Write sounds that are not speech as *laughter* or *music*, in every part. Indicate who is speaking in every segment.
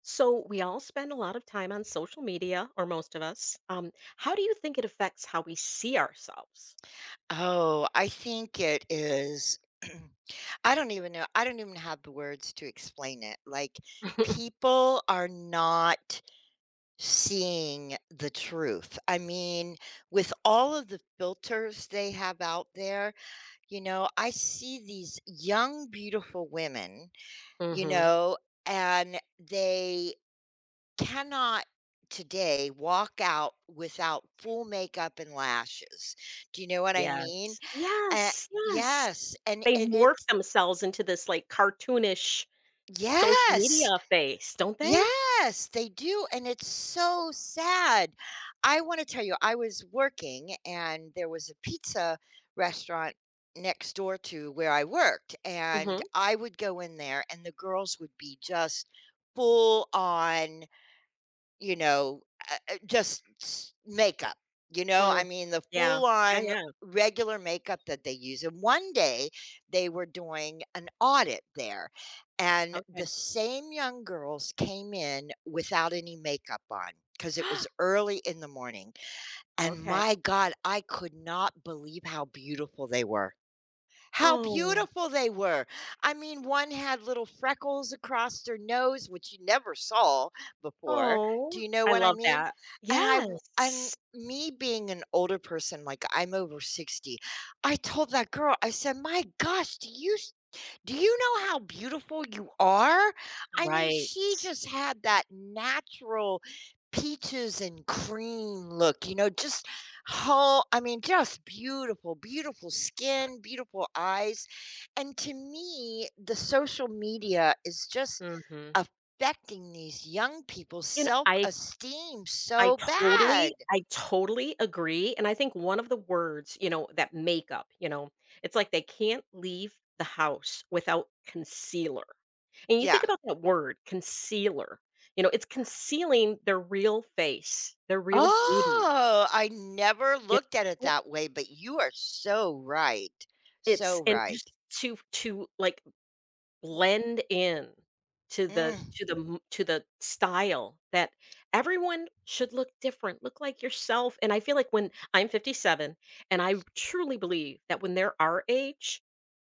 Speaker 1: So, we all spend a lot of time on social media, or most of us. How do you think it affects how we see ourselves?
Speaker 2: Oh, I think it is *clears throat* I don't even have the words to explain it, like,
Speaker 1: *laughs*
Speaker 2: people are not seeing the truth. I mean, with all of the filters they have out there, you know, I see these young, beautiful women, you
Speaker 1: Hmm.
Speaker 2: know, and they cannot today walk out without full makeup and lashes. Do you know what I mean?
Speaker 1: Yes.
Speaker 2: Uh,
Speaker 1: Yes, yes.
Speaker 2: yes, and
Speaker 1: They morph
Speaker 2: it's
Speaker 1: themselves into this like cartoonish social media
Speaker 2: yes.
Speaker 1: face, don't they?
Speaker 2: Yes, they do, and it's so sad. I want to tell you, I was working and there was a pizza restaurant next door to where I worked,
Speaker 1: Hmm.
Speaker 2: and I would go in there and the girls would be just full on. You know, just s makeup, you know, I
Speaker 1: Mm.
Speaker 2: mean, the
Speaker 1: Yeah,
Speaker 2: full
Speaker 1: yeah,
Speaker 2: on
Speaker 1: yeah.
Speaker 2: regular makeup that they use, and one day, they were doing an audit there, and
Speaker 1: Okay.
Speaker 2: the same young girls came in without any makeup on because it was
Speaker 1: *gasps*
Speaker 2: early in the morning, and
Speaker 1: Okay.
Speaker 2: my god, I could not believe how
Speaker 1: Oh,
Speaker 2: beautiful they were. I mean, one had little freckles across their nose, which you never saw before. Do
Speaker 1: oh,
Speaker 2: you know
Speaker 1: I
Speaker 2: what I
Speaker 1: love
Speaker 2: mean?
Speaker 1: that.
Speaker 2: And
Speaker 1: Yes.
Speaker 2: me being an older person, like I'm over 60, I told that girl, I said, "My gosh, do you know how beautiful you are?" I mean,
Speaker 1: Right.
Speaker 2: she just had that natural peaches and cream look, you know, just whole I mean, just beautiful, beautiful skin, beautiful eyes. And to me, the social media is just
Speaker 1: Hmm.
Speaker 2: affecting these young people's
Speaker 1: You know,
Speaker 2: self-esteem
Speaker 1: I
Speaker 2: so bad.
Speaker 1: I totally agree, and I think one of the words, that makeup, it's like they can't leave the house without concealer, and you
Speaker 2: Yeah.
Speaker 1: think about that word, concealer, it's concealing their real face, their real beauty,
Speaker 2: Oh, I never
Speaker 1: yeah,
Speaker 2: looked at it that way, but you are so right. So
Speaker 1: it's and
Speaker 2: right.
Speaker 1: just to, like, blend in to the
Speaker 2: Mm.
Speaker 1: to the m- to the style that everyone should look different, look like yourself. And I feel like when I'm 57, and I truly believe that when they're our age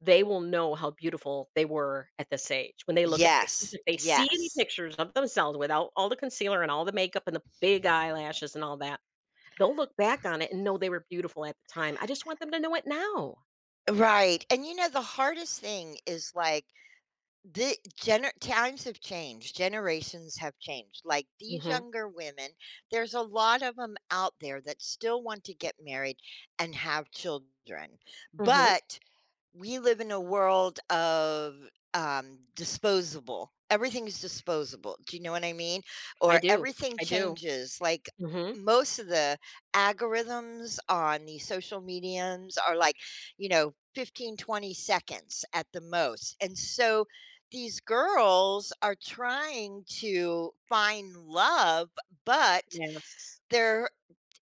Speaker 1: they will know how beautiful they were at this age when they look at pictures,
Speaker 2: Yes,
Speaker 1: if they see any
Speaker 2: yes.
Speaker 1: pictures of themselves without all the concealer and all the makeup and the big eyelashes and all that, they'll look back on it and know they were beautiful at the time. I just want them to know it now.
Speaker 2: Right. And you know, the hardest thing is like times have changed, generations have changed. Like these
Speaker 1: Hmm.
Speaker 2: younger women, there's a lot of them out there that still want to get married and have children.
Speaker 1: Hmm.
Speaker 2: But we live in a world of disposable. Everything is disposable. Do you know what I mean?
Speaker 1: I
Speaker 2: Or
Speaker 1: do.
Speaker 2: everything
Speaker 1: I do.
Speaker 2: changes. Like
Speaker 1: Hmm.
Speaker 2: most of the algorithms on the social mediums are like, you know, 15 to 20 seconds at the most. And so these girls are trying to find love, but
Speaker 1: Yes.
Speaker 2: they're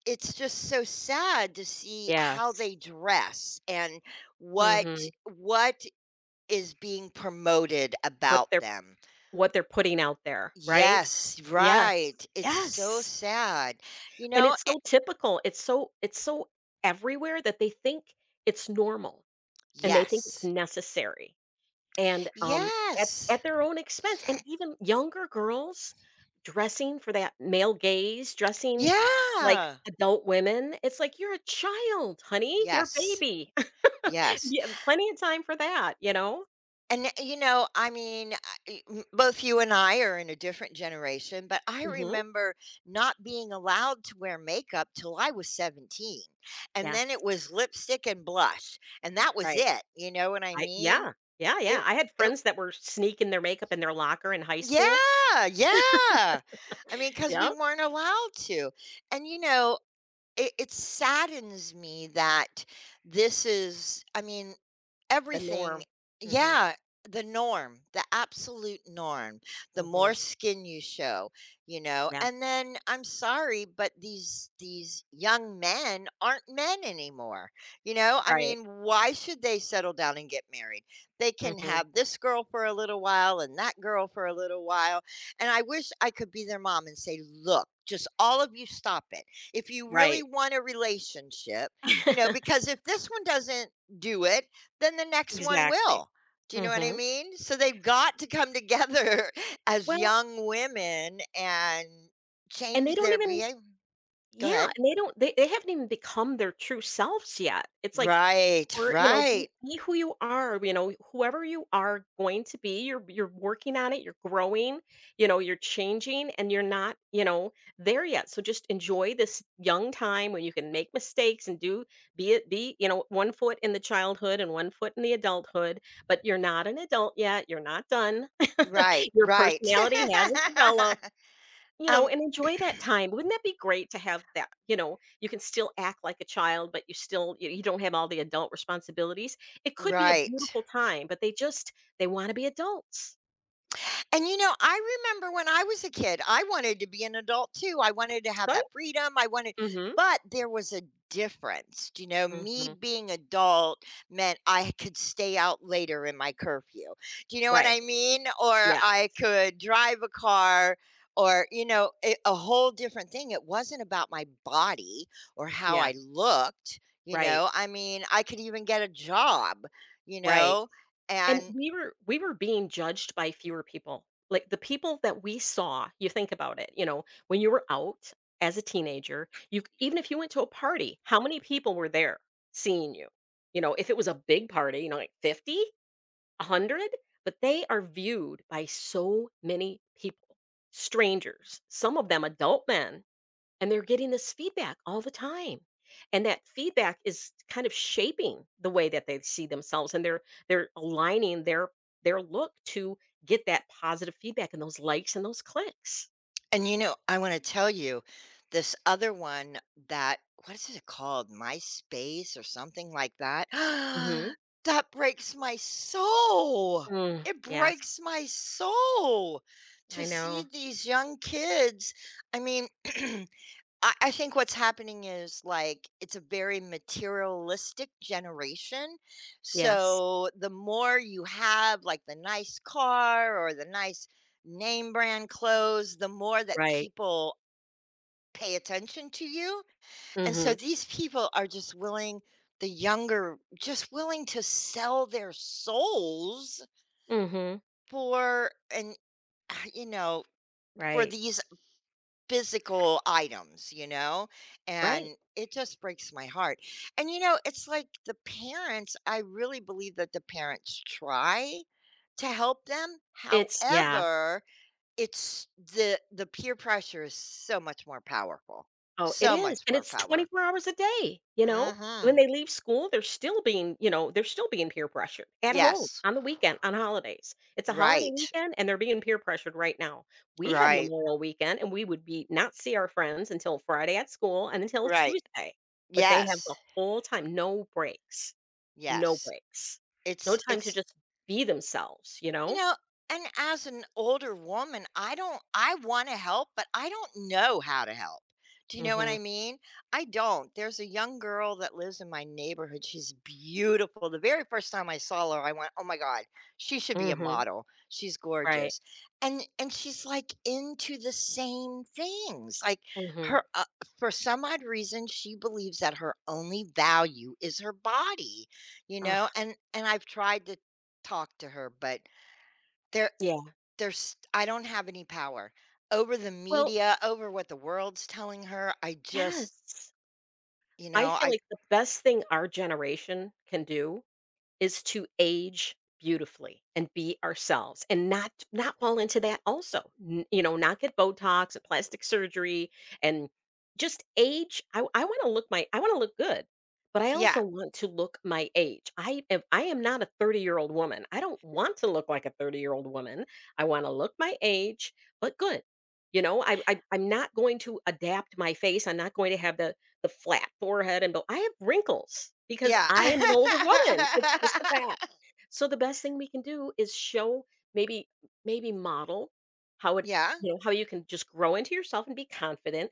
Speaker 2: it's just so sad to see how
Speaker 1: Yes.
Speaker 2: they dress and what
Speaker 1: Mhm.
Speaker 2: what is being promoted
Speaker 1: What
Speaker 2: about
Speaker 1: they're
Speaker 2: them.
Speaker 1: what they're putting out there, right?
Speaker 2: Yes,
Speaker 1: Yes.
Speaker 2: right. It's so
Speaker 1: Yes.
Speaker 2: sad. You
Speaker 1: And
Speaker 2: know,
Speaker 1: it's
Speaker 2: a
Speaker 1: so typical, it's so everywhere that they think it's normal, and they think it's
Speaker 2: yes.
Speaker 1: necessary, and at
Speaker 2: Yes.
Speaker 1: at their own expense, and even younger girls dressing for that male gaze, dressing like
Speaker 2: Yeah.
Speaker 1: adult women. It's like, "You're a child, honey, you're a
Speaker 2: Yes.
Speaker 1: baby." *laughs*
Speaker 2: Yes.
Speaker 1: You have plenty of time for that, you know?
Speaker 2: And, you know, I mean, both you and I are in a different generation, but I
Speaker 1: Mhm.
Speaker 2: remember not being allowed to wear makeup till I was 17. And
Speaker 1: Yes.
Speaker 2: then it was lipstick and blush, and that was
Speaker 1: Right.
Speaker 2: it. You know what I
Speaker 1: I
Speaker 2: mean?
Speaker 1: yeah, yeah,
Speaker 2: It,
Speaker 1: yeah, I had
Speaker 2: it
Speaker 1: friends that were sneaking their makeup in their locker in high school.
Speaker 2: yeah, yeah. I mean, because we
Speaker 1: Yeah,
Speaker 2: weren't allowed to. And, you know, it saddens me that this is, I mean,
Speaker 1: the
Speaker 2: everything
Speaker 1: norm. Mhm,
Speaker 2: yeah, the norm, the absolute norm. The
Speaker 1: mhm,
Speaker 2: more skin you show, you know? And
Speaker 1: yes,
Speaker 2: then I'm sorry, but these young men aren't men anymore, you know? I
Speaker 1: right,
Speaker 2: mean, why should they settle down and get married? They can
Speaker 1: mhm,
Speaker 2: have this girl for a little while and that girl for a little while, and I wish I could be their mom and say, "Look, just all of you stop it. If you really
Speaker 1: right.
Speaker 2: want a relationship," you know,
Speaker 1: *laughs*
Speaker 2: because if this one doesn't do it, then the next one
Speaker 1: Exactly.
Speaker 2: will. Do you know what I
Speaker 1: Mhm.
Speaker 2: mean? So they've got to come together *laughs* as
Speaker 1: Well,
Speaker 2: young women and
Speaker 1: and
Speaker 2: change
Speaker 1: they don't
Speaker 2: their
Speaker 1: even
Speaker 2: behavior. Go
Speaker 1: yeah,
Speaker 2: ahead.
Speaker 1: and they don't they haven't even become their true selves yet. It's like
Speaker 2: Right,
Speaker 1: Or, you know, be
Speaker 2: right,
Speaker 1: be who you are, you know, whoever you are going to be, you're working on it, you're growing, you know, you're changing, and you're not there yet. So just enjoy this young time when you can make mistakes and do be it be, you know, one foot in the childhood and one foot in the adulthood, but you're not an adult yet, you're not done.
Speaker 2: right,
Speaker 1: *laughs* Your
Speaker 2: right. *laughs*
Speaker 1: personality hasn't developed. You know,
Speaker 2: Um,
Speaker 1: and enjoy that time. Wouldn't that be great to have that? You know, you can still act like a child, but you still you you don't have all the adult responsibilities. It could be a
Speaker 2: right.
Speaker 1: beautiful time, but they want to be adults.
Speaker 2: And you know, I remember when I was a kid, I wanted to be an adult too. I wanted to have
Speaker 1: So
Speaker 2: that freedom. I wanted,
Speaker 1: Mhm.
Speaker 2: but there was a difference. You know, me
Speaker 1: Mhm.
Speaker 2: being adult meant I could stay out later in my curfew. Do you know what
Speaker 1: Right.
Speaker 2: I mean? Or
Speaker 1: Yeah.
Speaker 2: I could drive a car or, you know, a whole different thing. It wasn't about my body or how
Speaker 1: Yeah.
Speaker 2: I looked. You
Speaker 1: Right.
Speaker 2: know, I mean, I could even get a job, you
Speaker 1: Right.
Speaker 2: know,
Speaker 1: And
Speaker 2: and
Speaker 1: we were being judged by fewer people, like the people that we saw. You think about it, you know, when you were out as a teenager, you even if you went to a party, how many people were there seeing you? You know, if it was a big party, like 50, 100, but they are viewed by so many people, strangers, some of them adult men, and they're getting this feedback all the time. And that feedback is kind of shaping the way that they see themselves, and they're aligning their look to get that positive feedback and those likes and those clicks.
Speaker 2: And you know, I want to tell you this other one that what is it called? MySpace or something like that. *gasps*
Speaker 1: Mhm.
Speaker 2: That breaks my soul.
Speaker 1: Mm,
Speaker 2: It
Speaker 1: yes.
Speaker 2: breaks my soul to
Speaker 1: I
Speaker 2: see
Speaker 1: know.
Speaker 2: these young kids. I mean, *clears throat* I think what's happening is like it's a very materialistic generation.
Speaker 1: Yes.
Speaker 2: So the more you have, like the nice car or the nice name brand clothes, the more that
Speaker 1: Right.
Speaker 2: people pay attention to you. And so
Speaker 1: Mhm.
Speaker 2: these people are just willing, the younger, just willing to sell their souls
Speaker 1: Mhm.
Speaker 2: for and *sighs* you know, for
Speaker 1: Right.
Speaker 2: these physical items, you know?
Speaker 1: Right.
Speaker 2: And it just breaks my heart. And you know, it's like the parents, I really believe that the parents try to help them.
Speaker 1: It's Yeah.
Speaker 2: However, it's the peer pressure is so much more powerful,
Speaker 1: Oh, it
Speaker 2: so
Speaker 1: is,
Speaker 2: much
Speaker 1: and
Speaker 2: more
Speaker 1: it's
Speaker 2: power.
Speaker 1: 24 hours a day, you know? When
Speaker 2: Mhm.
Speaker 1: they leave school, they're still being peer pressured at home,
Speaker 2: Yes.
Speaker 1: on the weekend, on holidays. It's a holiday
Speaker 2: Right.
Speaker 1: weekend, and they're being peer pressured right now. We had
Speaker 2: Right.
Speaker 1: Memorial Weekend, and we would be not see our friends until Friday at school and until
Speaker 2: Right.
Speaker 1: Tuesday, but they have the
Speaker 2: Yes.
Speaker 1: whole time, no breaks, no
Speaker 2: Yes.
Speaker 1: breaks, no
Speaker 2: It's
Speaker 1: time to just be themselves, you
Speaker 2: you
Speaker 1: know?
Speaker 2: know, and as an older woman, I don't I want to help, but I don't know how to help. Do you know what I
Speaker 1: Mhm,
Speaker 2: mean? I don't. There's a young girl that lives in my neighborhood. She's beautiful. The very first time I saw her, I went, "Oh my god, she should be a
Speaker 1: mhm,
Speaker 2: model. She's
Speaker 1: right,
Speaker 2: gorgeous." And she's like into the same things. Like
Speaker 1: mhm,
Speaker 2: her for some odd reason, she believes that her only value is her body, you know?
Speaker 1: ugh,
Speaker 2: And I've tried to talk to her, but there
Speaker 1: yeah.
Speaker 2: there's I don't have any power over the
Speaker 1: Well,
Speaker 2: media, over what the world's telling her. I just,
Speaker 1: yes.
Speaker 2: you
Speaker 1: I
Speaker 2: know,
Speaker 1: feel
Speaker 2: I
Speaker 1: like the best thing our generation can do is to age beautifully and be ourselves and not fall into that also. Not get botox and plastic surgery and just age. I want to look good, but I
Speaker 2: yeah.
Speaker 1: also want to look my age. I if I am not a 30-year-old woman, I don't want to look like a 30-year-old woman. I want to look my age but good. You know, I'm not going to adapt my face. I'm not going to have the flat forehead and bo I have wrinkles because
Speaker 2: Yeah.
Speaker 1: I am an older woman. It's just a
Speaker 2: *laughs*
Speaker 1: fact. So the best thing we can do is show maybe maybe model how
Speaker 2: Yeah.
Speaker 1: how you can just grow into yourself and be confident,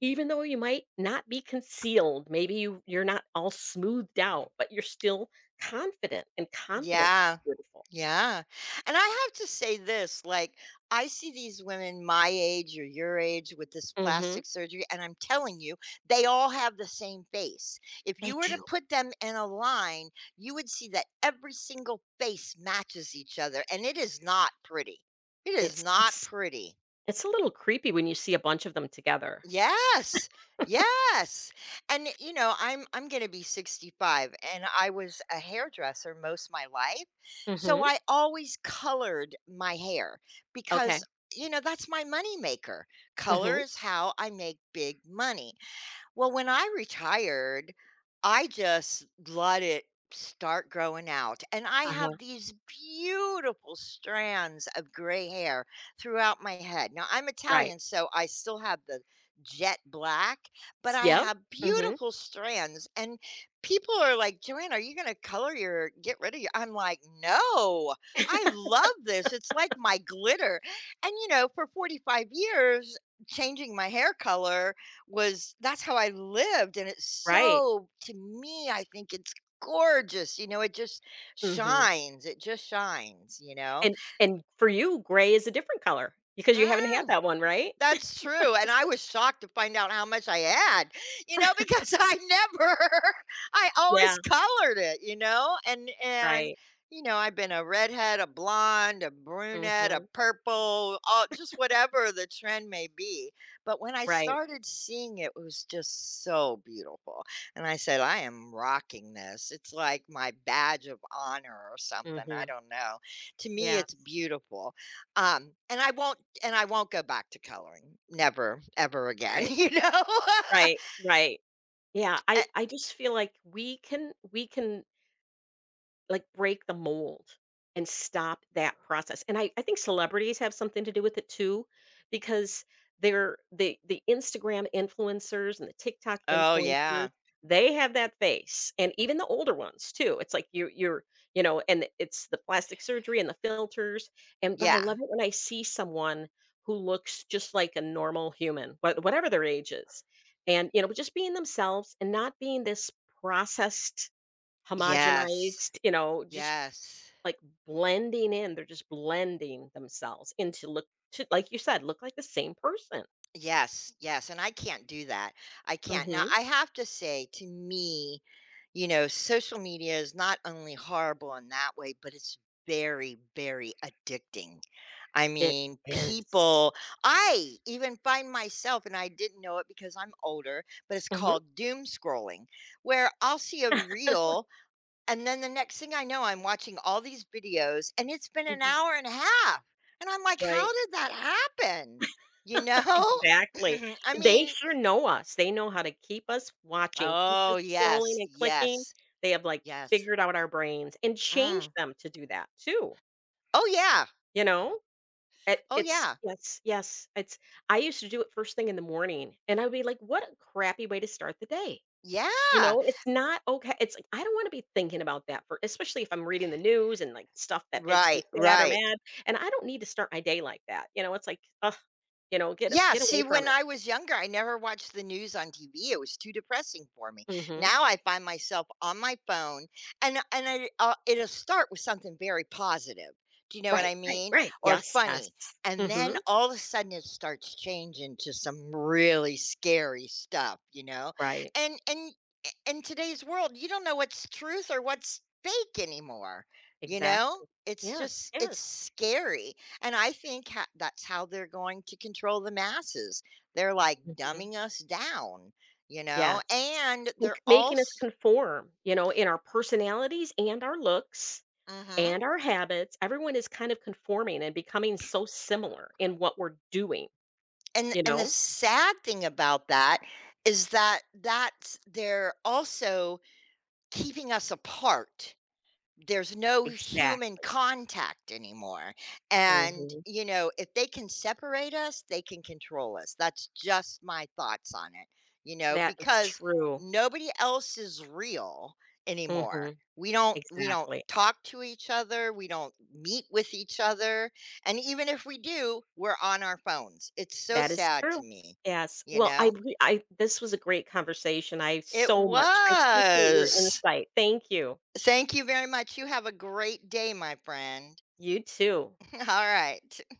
Speaker 1: even though you might not be concealed. Maybe you're not all smoothed out, but you're still confident, and confidence is
Speaker 2: Yeah.
Speaker 1: beautiful.
Speaker 2: Yeah. And I have to say this, like, I see these women my age or your age with this
Speaker 1: Mhm.
Speaker 2: plastic surgery, and I'm telling you, they all have the same face. If
Speaker 1: They
Speaker 2: you were to
Speaker 1: do.
Speaker 2: put them in a line, you would see that every single face matches each other, and it is not pretty. It is
Speaker 1: It's
Speaker 2: not
Speaker 1: it's
Speaker 2: pretty.
Speaker 1: it's a little creepy when you see a bunch of them together.
Speaker 2: Yes. Yes. And you know, I'm going to be 65 and I was a hairdresser most of my life. So
Speaker 1: Mhm.
Speaker 2: I always colored my hair because
Speaker 1: Okay.
Speaker 2: you know, that's my money maker. Color
Speaker 1: Mhm.
Speaker 2: is how I make big money. Well, when I retired, I just let it start growing out. And I
Speaker 1: Uh-huh.
Speaker 2: have these beautiful strands of gray hair throughout my head. Now, I'm
Speaker 1: Right.
Speaker 2: Italian, so I still have the jet black, but
Speaker 1: S
Speaker 2: I
Speaker 1: Yep.
Speaker 2: have
Speaker 1: Mhm.
Speaker 2: beautiful strands. And people are like, "Joanne, are you going to color your, get rid of your?" I'm like, "No, I love this. It's like my glitter." And, you know, for 45 years, changing my hair color was that's how I lived, and it's
Speaker 1: Right.
Speaker 2: so to me, I think it's gorgeous, you know, it just
Speaker 1: Mhm.
Speaker 2: shines, you know?
Speaker 1: And for you, gray is a different color because you haven't had
Speaker 2: Mm,
Speaker 1: that one, right?
Speaker 2: that's true, and I was shocked to find out how much I had, you know, because *laughs* I never *laughs* I
Speaker 1: Yeah.
Speaker 2: always colored it, you know, and
Speaker 1: Right.
Speaker 2: you know, I've been a redhead, a blonde, a brunette, a
Speaker 1: Mhm.
Speaker 2: purple, all just whatever the trend may be, but when I
Speaker 1: Right.
Speaker 2: started seeing it, it was just so beautiful, and I said, "I am rocking this." It's like my badge of honor or something, I
Speaker 1: Mhm.
Speaker 2: don't know. To me,
Speaker 1: Yeah.
Speaker 2: it's beautiful, and I won't go back to coloring. Never, ever again, *laughs*
Speaker 1: Right.
Speaker 2: you know?
Speaker 1: Right.
Speaker 2: *laughs*
Speaker 1: Right. Yeah.
Speaker 2: Eh.
Speaker 1: I just feel like we can like, break the mold and stop that process, and I think celebrities have something to do with it too, because they're the Instagram influencers and the TikTok
Speaker 2: Oh,
Speaker 1: influencers.
Speaker 2: yeah.
Speaker 1: They have that face, and even the older ones too. It's like you you're you know, and it's the plastic surgery and the filters, and but I
Speaker 2: Yeah.
Speaker 1: love it when I see someone who looks just like a normal human, whatever their age is, and, you know, just being themselves and not being this processed,
Speaker 2: Yes.
Speaker 1: homogenized, you know, just
Speaker 2: Yes.
Speaker 1: like blending in. They're just blending themselves into look to like you said, look like the same person.
Speaker 2: Yes, yes, and I can't do that. I can't. Now,
Speaker 1: Mhm.
Speaker 2: I have to say, to me, you know, social media is not only horrible in that way, but it's very, very addicting. I
Speaker 1: It
Speaker 2: mean,
Speaker 1: is.
Speaker 2: people I even find myself, and I didn't know it because I'm older, but it's
Speaker 1: Mhm,
Speaker 2: called doom scrolling, where I'll see a reel, and then the next thing I know, I'm watching all these videos, and it's been an
Speaker 1: mhm.
Speaker 2: hour and a half. And I'm like, how
Speaker 1: Right,
Speaker 2: did that happen? You know?
Speaker 1: exactly.
Speaker 2: *clears throat* I
Speaker 1: They
Speaker 2: mean,
Speaker 1: sure know us. They know how to keep us watching, keep
Speaker 2: oh,
Speaker 1: us scrolling
Speaker 2: yes,
Speaker 1: and clicking.
Speaker 2: yes,
Speaker 1: They have, like,
Speaker 2: yes.
Speaker 1: figured out our brains and changed
Speaker 2: Mm.
Speaker 1: them to do that too,
Speaker 2: Oh, yeah.
Speaker 1: you know? It
Speaker 2: Oh,
Speaker 1: it's
Speaker 2: yeah.
Speaker 1: Yes, yes, it's I used to do it first thing in the morning, and I would be like, "What a crappy way to start the day." You
Speaker 2: Yeah.
Speaker 1: know, it's not okay. It's like, I don't wanna be thinking about that for especially if I'm reading the news and, like, stuff that makes me
Speaker 2: Right,
Speaker 1: sad or
Speaker 2: right.
Speaker 1: mad, and I don't need to start my day like that, you know, it's like, ugh, you know, get
Speaker 2: Yeah,
Speaker 1: get
Speaker 2: see,
Speaker 1: away from
Speaker 2: when
Speaker 1: it.
Speaker 2: I was younger, I never watched the news on TV, it was too depressing for me.
Speaker 1: Mhm.
Speaker 2: Now I find myself on my phone, and I it'll start with something very positive, do you know what
Speaker 1: Right,
Speaker 2: I
Speaker 1: right,
Speaker 2: mean?
Speaker 1: right.
Speaker 2: Or
Speaker 1: Yes, yes.
Speaker 2: funny, and then
Speaker 1: Mhm.
Speaker 2: all of a sudden it starts changing to some really scary stuff, you know?
Speaker 1: Right.
Speaker 2: And in today's world, you don't know what's truth or what's fake anymore, you know?
Speaker 1: Exactly.
Speaker 2: It's
Speaker 1: Yes,
Speaker 2: just it's
Speaker 1: yes.
Speaker 2: scary. And I think that's how they're going to control the masses. They're like
Speaker 1: Mhm.
Speaker 2: dumbing us down, you know?
Speaker 1: Yes.
Speaker 2: And they're
Speaker 1: Like, making us
Speaker 2: also
Speaker 1: conform, you know, in our personalities and our looks
Speaker 2: Mm-hmm.
Speaker 1: and our habits. Everyone is kind of conforming and becoming so similar in what we're doing, you
Speaker 2: And the
Speaker 1: know?
Speaker 2: sad thing about that is that that's they're also keeping us apart. There's no human
Speaker 1: Exactly.
Speaker 2: contact anymore, and,
Speaker 1: Mhm.
Speaker 2: you know, if they can separate us, they can control us. That's just my thoughts on it, you know,
Speaker 1: That is
Speaker 2: because
Speaker 1: true.
Speaker 2: nobody else is real anymore.
Speaker 1: Mhm.
Speaker 2: We don't
Speaker 1: Exactly.
Speaker 2: talk to each other, we don't meet with each other, and even if we do, we're on our phones. It's so
Speaker 1: That is
Speaker 2: sad to
Speaker 1: true.
Speaker 2: me,
Speaker 1: Yes.
Speaker 2: you
Speaker 1: Well, I
Speaker 2: know?
Speaker 1: re I this was a great conversation. I
Speaker 2: It
Speaker 1: so much I appreciate your
Speaker 2: was.
Speaker 1: insight. Thank you.
Speaker 2: Thank you very much. You have a great day, my friend.
Speaker 1: You too.
Speaker 2: *laughs* All right.